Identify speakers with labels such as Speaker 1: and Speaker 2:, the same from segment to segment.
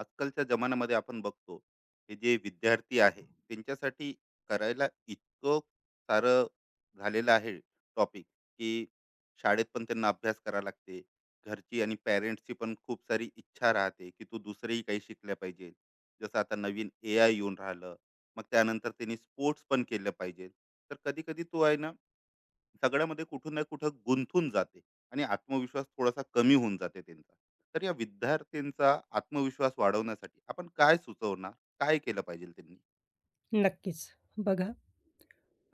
Speaker 1: आजकालच्या जमान्यामध्ये आपण बघतो, हे जे विद्यार्थी आहे त्यांच्यासाठी करायला इतकं सारं झालेलं आहे टॉपिक, की शाळेत पण त्यांना अभ्यास करावा लागते. घरची आणि पॅरेंट्सची पण खूप सारी इच्छा राहते की तू दुसरेही काही शिकल्या पाहिजे. जसं आता नवीन AI येऊन राहिलं. मग त्यानंतर त्यांनी स्पोर्ट्स पण केलं पाहिजे. तर कधी कधी तो आहे ना, सगळ्यामध्ये कुठून ना कुठं गुंतून जाते आणि आत्मविश्वास थोडासा कमी होऊन जाते त्यांचा. तर या विद्यार्थ्यांचा आत्मविश्वास वाढवण्यासाठी आपण काय सुचवणार? काय केलं पाहिजे त्यांनी?
Speaker 2: नक्कीच. बघा,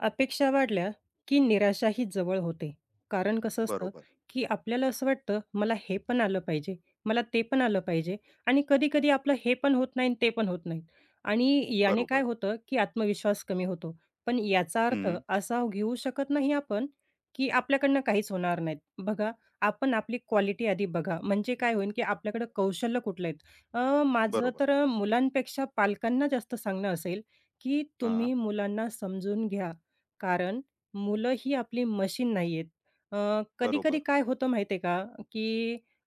Speaker 2: अपेक्षा वाढल्या, की निराशाही जवळ होते. कारण कसं असतं,
Speaker 1: बरोबर.
Speaker 2: की आपल्याला असं वाटतं, मला हे पण आलं पाहिजे, मला ते पण आलं पाहिजे आणि कधी-कधी आपलं हे पण होत नाही आणि ते पण होत नाही. आणि याने काय
Speaker 1: बरोबर.
Speaker 2: होतं, की आत्मविश्वास कमी होतो. पण याचा अर्थ
Speaker 1: हम्म.
Speaker 2: असा घेऊ शकत नाही आपण, की आपल्याकडनं काहीच होणार नाहीत. बघा, आपण आपली क्वालिटी आधी बघा. म्हणजे काय होईल, की आपल्याकडं कौशल्य कुठले आहेत? माझं
Speaker 1: बरोबर.
Speaker 2: तर मुलांपेक्षा पालकांना जास्त सांगणं असेल, की
Speaker 1: हां.
Speaker 2: तुम्ही मुलांना समजून घ्या. कारण मुलं ही आपली मशीन नाही आहेत.
Speaker 1: बरोबर.
Speaker 2: कधी-कधी काय होतं माहिती आहे का, की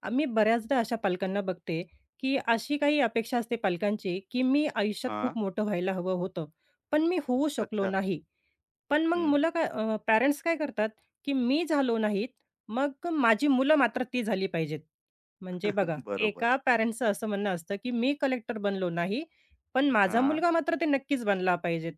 Speaker 2: आम्ही बऱ्याचदा अशा पालकांना बघते, की अशी काही अपेक्षा असते पालकांची, की मी आयुष्यात
Speaker 1: हां.
Speaker 2: खूप मोठं व्हायला हवं होतं, पण मी होऊ शकलो
Speaker 1: अच्छा.
Speaker 2: नाही. पण मग
Speaker 1: हम्म.
Speaker 2: मुलं काय पॅरेंट्स काय करतात, की मी झालो नाहीत, मग माझी मुलं मात्र ती झाली पाहिजेत. म्हणजे बघा,
Speaker 1: बरोबर.
Speaker 2: एका पॅरेंट्सचं असं म्हणणं असतं, की मी कलेक्टर बनलो नाही, पण माझा
Speaker 1: हां.
Speaker 2: मुलगा मात्र ते नक्कीच बनला पाहिजेत.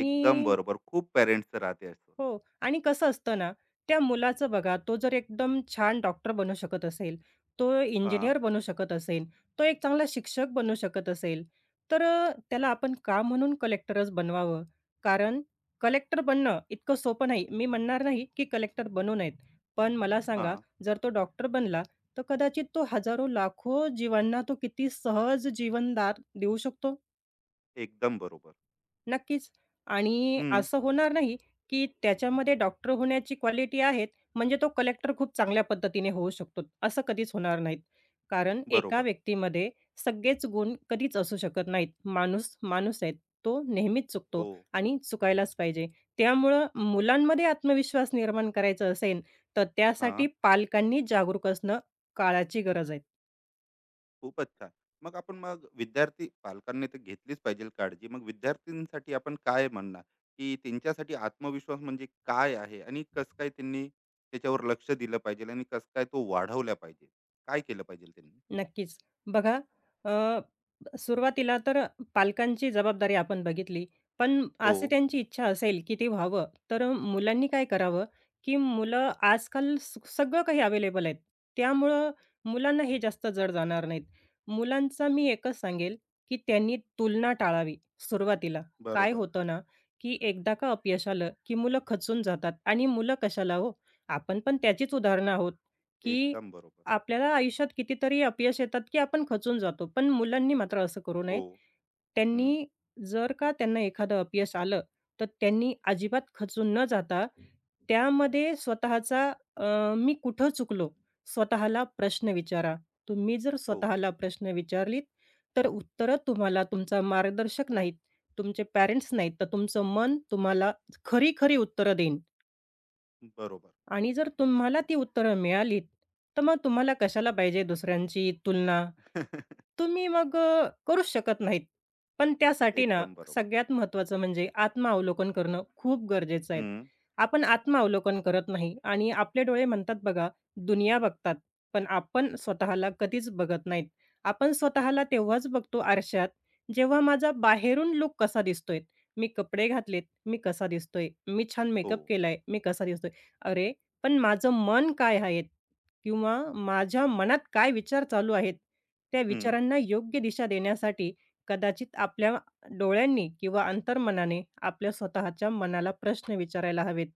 Speaker 1: एकदम बरोबर, खूप पेरेंट्स राहते असं.
Speaker 2: हो आणि कसं असतं ना, त्या मुलाचं बघा, तो जर एकदम छान डॉक्टर बनू शकत असेल, तो
Speaker 1: हां.
Speaker 2: इंजिनियर बनू शकत असेल, तो एक चांगला शिक्षक बनू शकत असेल, तर त्याला आपण का म्हणून कलेक्टरच बनवावं? कारण कलेक्टर बनणं इतकं सोपं नाही. मी म्हणणार नाही, की कलेक्टर बनू नयेत. पण मला सांगा,
Speaker 1: हां.
Speaker 2: जर तो डॉक्टर बनला, तर कदाचित तो हजारो, लाखो जीवांना तो किती सहज जीवनदान देऊ शकतो?
Speaker 1: एकदम बरोबर.
Speaker 2: नक्कीच. आणि
Speaker 1: हम्म.
Speaker 2: असं होणार नाही, की त्याच्यामध्ये डॉक्टर होण्याची क्वालिटी आहेत, म्हणजे तो कलेक्टर खूप चांगल्या पद्धतीने होऊ शकतो. असं कधीच होणार नाहीत. कारण एका
Speaker 1: बरोबर.
Speaker 2: व्यक्तीमध्ये सगळेच गुण कधीच असू शकत नाहीत. माणूस, माणूस आहे. तो नेहमीच चुकतो
Speaker 1: हो.
Speaker 2: आणि चुकायलाच पाहिजे. त्यामुळं मुलांमध्ये आत्मविश्वास निर्माण करायचा असेल, तर
Speaker 1: हां.
Speaker 2: त्यासाठी पालकांनी जागरूक असणं काळाची गरज आहे.
Speaker 1: खूपच छान. मग आपण मग विद्यार्थी पालकांनी तर घेतलीच पाहिजे काळजी. मग विद्यार्थींसाठी आपण काय म्हणणार, की त्यांच्यासाठी आत्मविश्वास म्हणजे काय आहे आणि कसं काय त्यांनी त्याच्यावर लक्ष दिलं पाहिजे आणि कसं काय तो वाढवला पाहिजे? काय केलं पाहिजे त्यांनी?
Speaker 2: नक्कीच. बघा सुरुवातीला तर पालकांची जबाबदारी आपण बघितली. पण
Speaker 1: हो,
Speaker 2: असे त्यांची इच्छा असेल, की ते व्हावं, तर मुलांनी काय करावं, की मुलं आजकाल सगळं काही अवेलेबल आहेत. त्यामुळं मुलांना हे जास्त जड जाणार नाहीत. मुलांचा मी एकच सांगेल, की त्यांनी तुलना टाळावी सुरुवातीला. काय
Speaker 1: बरोबर.
Speaker 2: होतं ना, की एकदा का अपयश आलं, की मुलं खचून जातात आणि मुलं कशाला हो, आपण पण त्याचीच उदाहरणं आहोत, की
Speaker 1: एकदम बरोबर.
Speaker 2: आपल्याला आयुष्यात कितीतरी अपयश येतात, की आपण खचून जातो. पण मुलांनी मात्र असं करू
Speaker 1: हो.
Speaker 2: नये.
Speaker 1: हं.
Speaker 2: त्यांनी जर का त्यांना एखादं अपयश आलं, तर त्यांनी अजिबात खचून न जाता त्यामध्ये स्वतःचा मी कुठं चुकलो? स्वतःला प्रश्न विचारा. तुम्ही जर
Speaker 1: हो.
Speaker 2: स्वतःला प्रश्न विचारलीत, तर उत्तरं तुम्हाला तुमचा मार्गदर्शक नाहीत, तुमचे पॅरेंट्स नाहीत, तर तुमचं मन तुम्हाला खरी-खरी उत्तरं देईन.
Speaker 1: बरोबर.
Speaker 2: आणि जर तुम्हाला ती उत्तरं मिळालीत, तर मग तुम्हाला कशाला पाहिजे दुसऱ्यांची तुलना? तुम्ही मग करूच शकत नाहीत. पण त्यासाठी ना,
Speaker 1: एकदम बरोबर.
Speaker 2: सगळ्यात महत्त्वाचं म्हणजे आत्मावलोकन करणं खूप गरजेचं आहे.
Speaker 1: हं.
Speaker 2: आपण आत्मावलोकन करत नाही आणि आपले डोळे म्हणतात बघा, दुनिया बघतात, पण आपण स्वतःला कधीच बघत नाहीत. आपण स्वतःला तेव्हाच बघतो आरशात, जेव्हा माझा बाहेरून लूक कसा दिसतोय, मी कपडे घातलेत, मी कसा दिसतोय, मी छान
Speaker 1: हो.
Speaker 2: मेकअप केलाय, मी कसा दिसतोय. अरे, पण माझं मन काय आहे? किंवा माझ्या मनात काय विचार चालू आहेत? त्या
Speaker 1: हं.
Speaker 2: विचारांना योग्य दिशा देण्यासाठी कदाचित आपल्या डोळ्यांनी किंवा अंतर्मनाने आपल्या स्वतःच्या मनाला प्रश्न विचारायला हवेत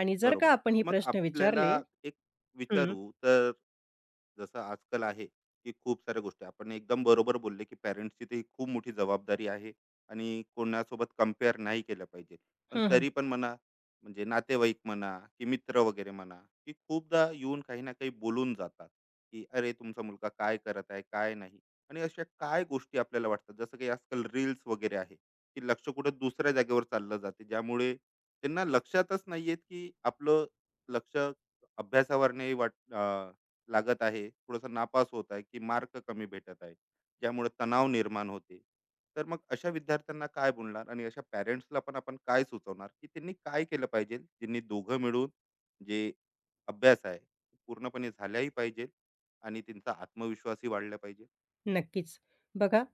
Speaker 2: आणि जर
Speaker 1: बरोबर.
Speaker 2: का आपण हे
Speaker 1: मग
Speaker 2: प्रश्न
Speaker 1: आपल्याला
Speaker 2: विचारले
Speaker 1: एक
Speaker 2: हं,
Speaker 1: विचारू तर जसं आजकाल आहे, की खूप साऱ्या गोष्टी आपण एकदम बरोबर बोलले, की पॅरेंट्सची ती खूप मोठी जबाबदारी आहे आणि कोणासोबत कंपेअर नाही केलं पाहिजे. पण
Speaker 2: हं, हं.
Speaker 1: तरी पण म्हणा, म्हणजे नातेवाईक म्हणा, की मित्र वगैरे म्हणा, की खूपदा येऊन काही ना काही बोलून जातात, की "अरे, तुमचा मुलगा काय करत आहे, काय नाही?" आणि अशा काय गोष्टी आपल्याला वाटतात, जसं की आजकाल रील्स वगैरे आहे, की लक्ष कुठं दुसऱ्या जागेवर चाललं जाते, ज्यामुळे त्यांना लक्षातच नाहीयेत की आपलं लक्ष अभ्यासावर नाही लागत आहे, थोडंसं नापास होत आहे की मार्क कमी भेटत आहे, ज्यामुळे तणाव निर्माण होते. तर मग अशा विद्यार्थ्यांना काय बोलणार आणि अशा पॅरेंट्सला पण आपण काय सुचवणार, की त्यांनी काय केलं पाहिजे, त्यांनी दोघं मिळून जे अभ्यास आहे तो पूर्णपणे झाल्याही पाहिजे आणि त्यांचा आत्मविश्वासही वाढला पाहिजे.
Speaker 2: नक्कीच. बघा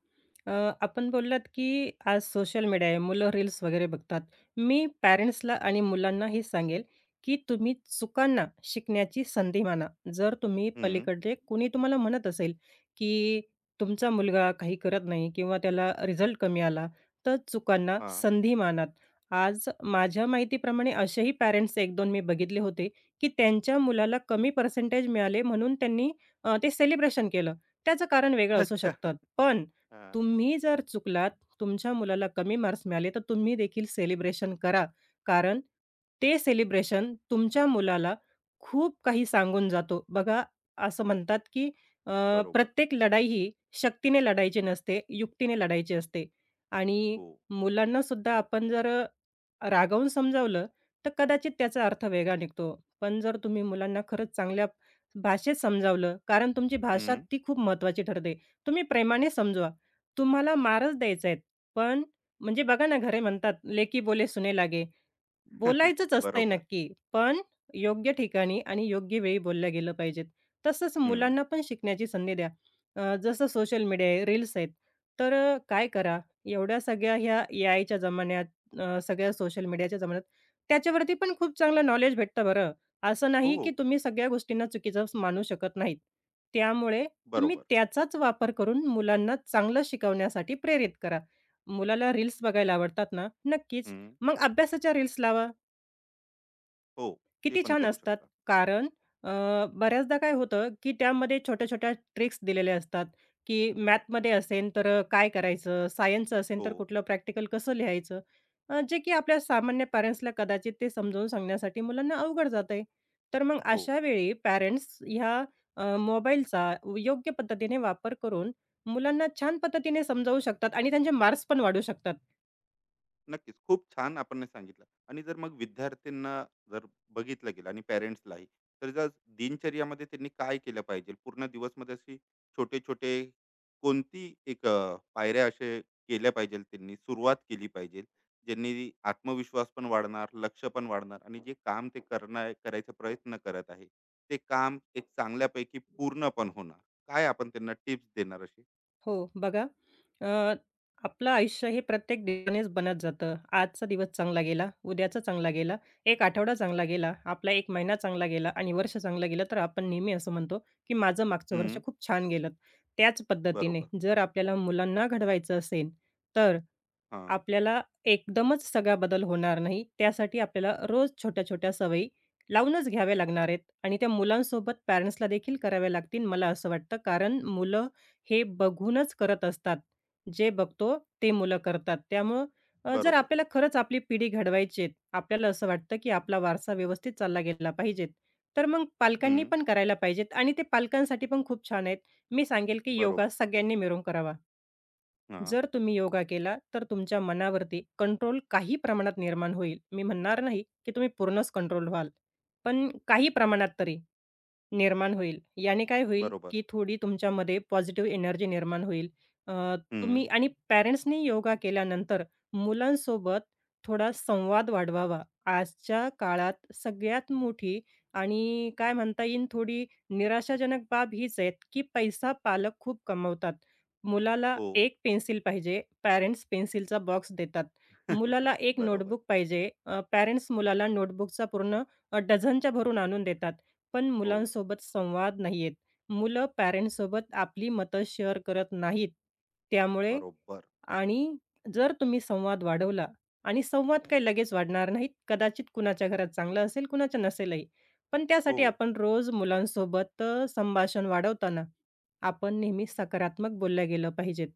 Speaker 2: अ, आपण बोललात, की आज सोशल मीडिया आहे. मुलं रील्स वगैरे बघतात. मी पॅरेंट्सला आणि मुलांना हे सांगेल, की तुम्ही चुकांना शिकण्याची संधी माना. जर तुम्ही
Speaker 1: हम्म.
Speaker 2: पलीकडले कुणी तुम्हाला म्हणत असेल, की तुमचा मुलगा काही करत नाही किंवा त्याला रिझल्ट कमी आला, तर चुकांना
Speaker 1: हा.
Speaker 2: संधी मानात. आज माझ्या माहितीप्रमाणे असेही पॅरेंट्स 1-2 मी बघितले होते, की त्यांच्या मुलाला कमी पर्सेंटेज मिळाले म्हणून त्यांनी ते सेलिब्रेशन केलं. त्याचं कारण वेगळं असू
Speaker 1: अच्छा.
Speaker 2: शकतं. पण
Speaker 1: हा.
Speaker 2: तुम्ही जर चुकलात, तुमच्या मुलाला कमी मार्क्स मिळाले, तर तुम्ही देखील सेलिब्रेशन करा. कारण ते सेलिब्रेशन तुमच्या मुलाला खूप काही सांगून जातो. बघा, असं म्हणतात की अ,
Speaker 1: बरोबर.
Speaker 2: प्रत्येक लढाई ही शक्तीने लढायची नसते, युक्तीने लढायची असते. आणि
Speaker 1: हो.
Speaker 2: मुलांनासुद्धा आपण जर रागावून समजावलं, तर कदाचित त्याचा अर्थ वेगळा निघतो. पण जर तुम्ही मुलांना खरंच चांगल्या भाषेत समजावलं, कारण तुमची भाषा
Speaker 1: हम्म.
Speaker 2: ती खूप महत्त्वाची ठरते. तुम्ही प्रेमाने समजवा. तुम्हाला मारच द्यायचा आहे, पण म्हणजे बघा ना, घरी म्हणतात, "लेकी बोले सुने लागे." बोलायचंच असतंय
Speaker 1: बरोबर.
Speaker 2: नक्की, पण योग्य ठिकाणी आणि योग्य वेळी बोलल्या गेलं पाहिजेत. तसंच
Speaker 1: हम्म.
Speaker 2: मुलांना पण शिकण्याची संधी द्या. जसं सोशल मीडिया आहे, रील्स आहेत, तर काय करा, एवढ्या सगळ्या ह्या एआयच्या जमान्यात, सगळ्या सोशल मीडियाच्या जमान्यात, त्याच्यावरती पण खूप चांगलं नॉलेज भेटतं बरं. असं नाही की
Speaker 1: हो.
Speaker 2: तुम्ही सगळ्या गोष्टींना चुकीचं मानू शकत नाहीत. त्यामुळे तुम्ही
Speaker 1: बरोबर.
Speaker 2: त्याचाच वापर करून मुलांना चांगलं शिकवण्यासाठी प्रेरित करा. मुलाला रील्स बघायला आवडतात ना? नक्कीच.
Speaker 1: हं.
Speaker 2: मग अभ्यासाच्या रील्स लावा.
Speaker 1: हो, ते
Speaker 2: किती
Speaker 1: पण
Speaker 2: छान
Speaker 1: करू
Speaker 2: असतात.
Speaker 1: शकता.
Speaker 2: कारण अ, बऱ्याचदा काय होतं, की त्यामध्ये छोट्या-छोट्या ट्रिक्स दिलेल्या असतात, की मॅथमध्ये असेल तर काय करायचं, सायन्सचं असेल
Speaker 1: हो,
Speaker 2: तर कुठलं प्रॅक्टिकल कसं लिहायचं. जे की आपल्या सामान्य पॅरेंट्सला कदाचित ते समजावून सांगण्यासाठी मुलांना अवघड जातंय. तर मग
Speaker 1: हो.
Speaker 2: अशा वेळी पॅरेंट्स ह्या मोबाईलचा योग्य पद्धतीने वापर करून मुलांना छान पद्धतीने समजावू शकतात आणि त्यांचे मार्क्स पण वाढू शकतात.
Speaker 1: नक्कीच. खूप छान आपण हे सांगितलं. आणि जर मग विद्यार्थ्यांना जर बघितलं गेलं आणि पॅरेंट्सलाही, तर जर दिनचर्यामध्ये त्यांनी काय केलं पाहिजे? पूर्ण दिवसमध्ये अशी छोटे-छोटे कोणती एक पायऱ्या असे केल्या पाहिजेल त्यांनी, सुरुवात केली पाहिजे, ज्यांनी आत्मविश्वास पण वाढणार, लक्ष पण वाढणार आणि जे काम ते करणार करायचा प्रयत्न करत आहे, ते काम एक चांगल्यापैकी पूर्ण पण होणार. काय आपण त्यांना टिप्स देणार असे?
Speaker 2: हो, बघा अ, आपलं आयुष्य हे प्रत्येक दिवसानेच बनत जातं. आजचा दिवस चांगला गेला, उद्याचा चांगला गेला, एक आठवडा चांगला गेला, आपला 1 महिना चांगला गेला आणि वर्ष चांगलं गेलं, तर आपण नेहमी असं म्हणतो, की माझं मागचं वर्ष खूप छान गेलं. त्याच पद्धतीने
Speaker 1: बरोबर.
Speaker 2: जर आपल्याला मुलांना घडवायचं असेल, तर
Speaker 1: हां,
Speaker 2: आपल्याला एकदमच सगळा बदल होणार नाही. त्यासाठी आपल्याला रोज छोट्या-छोट्या सवयी लावूनच घ्याव्या लागणार आहेत आणि त्या मुलांसोबत पॅरेंट्सला देखील कराव्या लागतील, मला असं वाटतं. कारण मुलं हे बघूनच करत असतात. जे बघतो ते मुलं करतात. त्यामुळं जर
Speaker 1: बरोबर.
Speaker 2: आपल्याला खरंच आपली पिढी घडवायची आहे, आपल्याला असं वाटतं की आपला वारसा व्यवस्थित चालला गेला पाहिजे, तर मग पालकांनी
Speaker 1: हं,
Speaker 2: पण करायला पाहिजेत आणि ते पालकांसाठी पण खूप छान आहेत. मी सांगेल की योगा
Speaker 1: बरोबर.
Speaker 2: सगळ्यांनी मिळून करावा.
Speaker 1: हां,
Speaker 2: जर तुम्ही योगा केला, तर तुमच्या मनावरती कंट्रोल काही प्रमाणात निर्माण होईल. मी म्हणणार नाही की तुम्ही पूर्णच कंट्रोल व्हाल, पण काही प्रमाणात तरी. निर्माण होईल. याने काय होईल,
Speaker 1: बरोबर.
Speaker 2: की थोडी तुमच्यामध्ये पॉझिटिव्ह एनर्जी निर्माण होईल. अ,
Speaker 1: हं,
Speaker 2: तुम्ही आणि पॅरेंट्सनी योगा केल्यानंतर मुलांसोबत थोडा संवाद वाढवावा. आजच्या काळात सगळ्यात मोठी आणि काय म्हणता येईल थोडी निराशाजनक बाब हीच आहे, की पैसा पालक खूप कमवतात. मुलाला
Speaker 1: हो.
Speaker 2: एक पेन्सिल पाहिजे, पॅरेंट्स पेन्सिलचा बॉक्स देतात. मुलाला एक
Speaker 1: बरोबर.
Speaker 2: नोटबुक पाहिजे, पॅरेंट्स मुलाला नोटबुकचा पूर्ण डझनच्या भरून आणून देतात. पण
Speaker 1: हो,
Speaker 2: मुलांसोबत संवाद नाही आहेत. मुलं पॅरेंट्ससोबत आपली मतं शेअर करत नाहीत. त्यामुळे
Speaker 1: बरोबर.
Speaker 2: आणि जर तुम्ही संवाद वाढवला आणि संवाद काही लगेच वाढणार नाहीत. कदाचित कुणाच्या घरात चांगलं असेल, कुणाच्या नसेलही. पण
Speaker 1: हो.
Speaker 2: त्यासाठी आपण रोज मुलांसोबत संभाषण वाढवताना आपण नेहमी सकारात्मक बोललं गेलं पाहिजेत.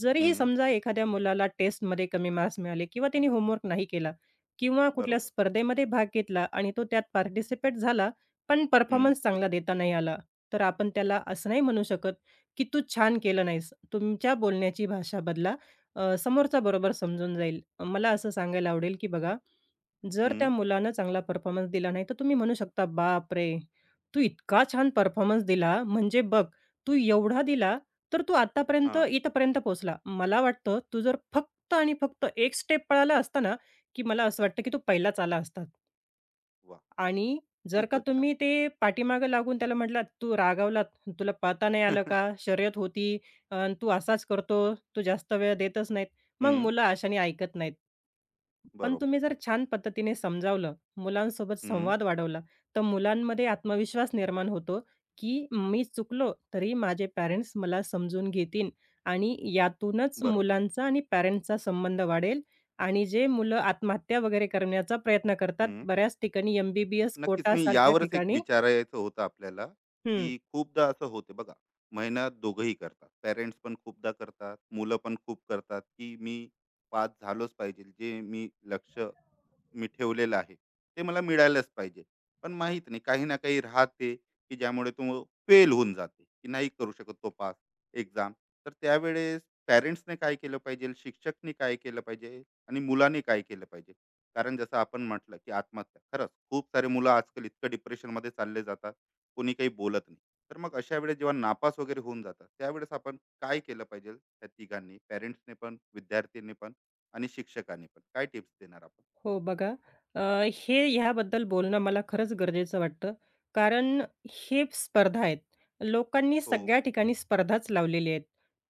Speaker 2: जरीही
Speaker 1: हं,
Speaker 2: समजा एखाद्या मुलाला टेस्टमध्ये कमी मार्क्स मिळाले किंवा त्याने होमवर्क नाही केला किंवा कुठल्या
Speaker 1: बरोबर.
Speaker 2: स्पर्धेमध्ये भाग घेतला आणि तो त्यात पार्टिसिपेट झाला, पण
Speaker 1: हं,
Speaker 2: परफॉर्मन्स चांगला देता नाही आला, तर आपण त्याला असं नाही म्हणू शकत, की "तू छान केलं नाहीस." तुमच्या बोलण्याची भाषा बदला. समोरचा बरोबर समजून जाईल. मला असं सांगायला आवडेल, की बघा, जर
Speaker 1: हं.
Speaker 2: त्या मुलानं चांगला परफॉर्मन्स दिला नाही, तर तुम्ही म्हणू शकता, "बापरे! तू इतका छान परफॉर्मन्स दिला, म्हणजे बघ, तू एवढा दिला, तर तू आत्तापर्यंत
Speaker 1: हां.
Speaker 2: इथपर्यंत पोहोचला. मला वाटतं, तू जर फक्त आणि फक्त एक स्टेप पळाला असता ना, की मला असं वाटतं, की तू पहिलाच आला असता."
Speaker 1: वाह!
Speaker 2: आणि जर का
Speaker 1: खूपच छान.
Speaker 2: तुम्ही ते पाठीमागे लागून त्याला म्हटलात, "तू रागावलात, तुला पाहता नाही आलं का? शर्यत होती अन् तू असाच करतो, तू जास्त वेळ देतच नाहीत." मग
Speaker 1: हं,
Speaker 2: मुलं अशाने ऐकत नाहीत. पण
Speaker 1: बरोबर.
Speaker 2: तुम्ही जर छान पद्धतीने समजावलं, मुलांसोबत
Speaker 1: हं,
Speaker 2: संवाद वाढवला, तर मुलांमध्ये आत्मविश्वास निर्माण होतो, की मी चुकलो तरी माझे पॅरेंट्स मला समजून घेतील आणि यातूनच
Speaker 1: बरोबर.
Speaker 2: मुलांचा आणि पॅरेंट्सचा संबंध वाढेल आणि जे मुलं आत्महत्या वगैरे करण्याचा प्रयत्न करतात,
Speaker 1: हं.
Speaker 2: बऱ्याच ठिकाणी एम बी बी
Speaker 1: नक्कीच,
Speaker 2: कोटा
Speaker 1: मी
Speaker 2: सारख्या
Speaker 1: यावरच एक
Speaker 2: ठिकाणी
Speaker 1: विचारायचं होतं आपल्याला,
Speaker 2: हं.
Speaker 1: की खूपदा असं होते बघा, मेहनत दोघंही करतात. पेरेंट्स पण खूपदा करतात, मुलं पण खूप करतात, की मी पास झालोच पाहिजे. जे मी लक्ष मी ठेवलेलं आहे ते मला मिळायलाच पाहिजे. पण माहीत नाही, काही ना काही राहते की ज्यामुळे तो फेल होऊन जाते, की नाही करू शकत तो पास एक्झाम. तर त्यावेळेस पॅरेंट्सने काय केलं पाहिजे, शिक्षकने काय केलं पाहिजे आणि मुलाने काय केलं पाहिजे? कारण जसं आपण म्हटलं की आत्महत्या, खरंच खूप सारे मुलं आजकाल इतकं डिप्रेशनमध्ये चालले जातात, कोणी काही बोलत नाही. तर मग अशा वेळेस जेव्हा नापास वगैरे होऊन जातात, त्यावेळेस आपण काय केलं पाहिजे, त्या तिघांनी, पॅरेंट्सने पण, विद्यार्थ्यांनी पण आणि शिक्षकांनी पण? काय टिप्स देणार आपण?
Speaker 2: हो बघा, अ, हे ह्याबद्दल बोलणं मला खरंच गरजेचं वाटतं. कारण हे स्पर्धा आहेत. लोकांनी
Speaker 1: हो.
Speaker 2: सगळ्या ठिकाणी स्पर्धाच लावलेली आहेत.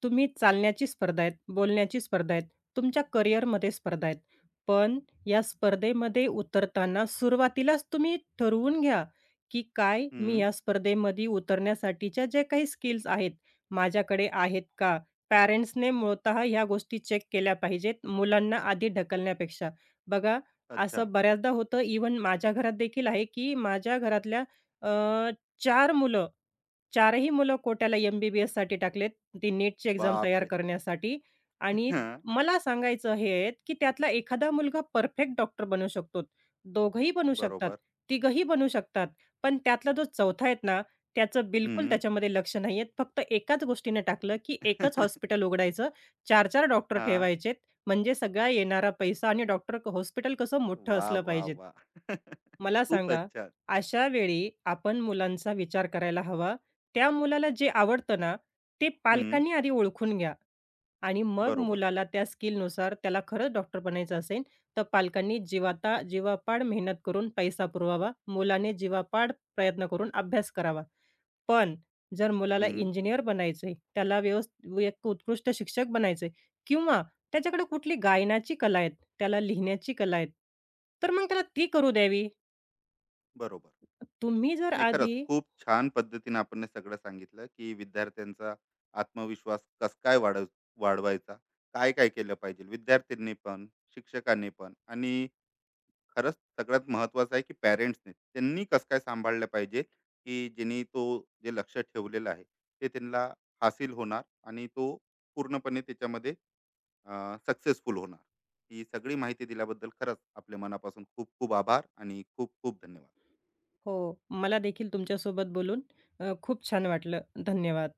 Speaker 2: तुम्ही चालण्याची स्पर्धा आहेत, बोलण्याची स्पर्धा आहेत, तुमच्या करिअरमध्ये स्पर्धा आहेत. पण या स्पर्धेमध्ये उतरताना सुरुवातीलाच तुम्ही ठरवून घ्या, की काय मी
Speaker 1: हं.
Speaker 2: या स्पर्धेमध्ये उतरण्यासाठीच्या ज्या काही स्किल्स आहेत, माझ्याकडे आहेत का? पॅरेंट्सने मूळतः ह्या गोष्टी चेक केल्या पाहिजेत, मुलांना आधी ढकलण्यापेक्षा. बघा
Speaker 1: अच्छा.
Speaker 2: असं बऱ्याचदा होतं इवन माझ्या घरात देखील आहे, की माझ्या घरातल्या अ, चार मुलं चारही मुलं कोट्याला एम-बी-बी-एससाठी टाकलेत. ती नीटची एक्झाम तयार
Speaker 1: बापरे!
Speaker 2: करण्यासाठी आणि
Speaker 1: हां.
Speaker 2: मला सांगायचं हे आहे, की त्यातला एखादा मुलगा परफेक्ट डॉक्टर बनू शकतो. दोघंही बनू शकतात,
Speaker 1: बरोबर.
Speaker 2: तिघंही बनू शकतात. पण त्यातला जो चौथा आहेत ना, त्याचं बिलकुल
Speaker 1: हं.
Speaker 2: त्याच्यामध्ये लक्ष नाही फक्त एकाच गोष्टीने टाकलं, की एकच हॉस्पिटल उघडायचं, 4-4 डॉक्टर
Speaker 1: हां.
Speaker 2: ठेवायचेत. म्हणजे सगळा येणारा पैसा आणि डॉक्टर हॉस्पिटल कसं मोठं
Speaker 1: वाह,
Speaker 2: असलं
Speaker 1: वाह,
Speaker 2: पाहिजे.
Speaker 1: वाह!
Speaker 2: मला सांगा,
Speaker 1: खूपच छान.
Speaker 2: अशा वेळी आपण मुलांचा विचार करायला हवा, त्या मुलाला जे आवडतं ना, ते
Speaker 1: हं.
Speaker 2: पालकांनी आधी ओळखून घ्या आणि मग
Speaker 1: बरोबर.
Speaker 2: मुलाला त्या स्किलनुसार त्याला खरंच डॉक्टर बनायचं असेल, तर पालकांनी जीवाता जीवापाड मेहनत करून पैसा पुरवावा. मुलाने जीवापाड प्रयत्न करून अभ्यास करावा. पण जर मुलाला
Speaker 1: हं.
Speaker 2: इंजिनिअर बनायचंय, त्याला व्यवस् एक उत्कृष्ट शिक्षक बनायचंय किंवा त्याच्याकडे कुठली गायनाची कला आहे, त्याला लिहिण्याची कला आहे, तर मग त्याला ती करू द्यावी.
Speaker 1: बरोबर.
Speaker 2: तुम्ही जर
Speaker 1: नाही,
Speaker 2: आधी
Speaker 1: खरंच खूप छान पद्धतीने आपण हे सगळं सांगितलं, की विद्यार्थ्यांचा आत्मविश्वास कसं काय वाढवायचा, काय-काय केलं पाहिजे विद्यार्थ्यांनी पण, शिक्षकांनी पण. आणि खरंच सगळ्यात महत्वाचं आहे की पॅरेंट्सने त्यांनी कसं काय सांभाळलं पाहिजे, की ज्यांनी तो जे लक्ष ठेवलेलं आहे ते त्यांना हासिल होणार आणि तो पूर्णपणे त्याच्यामध्ये सक्सेसफुल होणार. ही सगळी माहिती दिल्याबद्दल खरंच आपल्या मनापासून खूप खूप आभार आणि खूप खूप धन्यवाद.
Speaker 2: हो, मला देखील तुमच्यासोबत बोलून खूप छान वाटलं. धन्यवाद.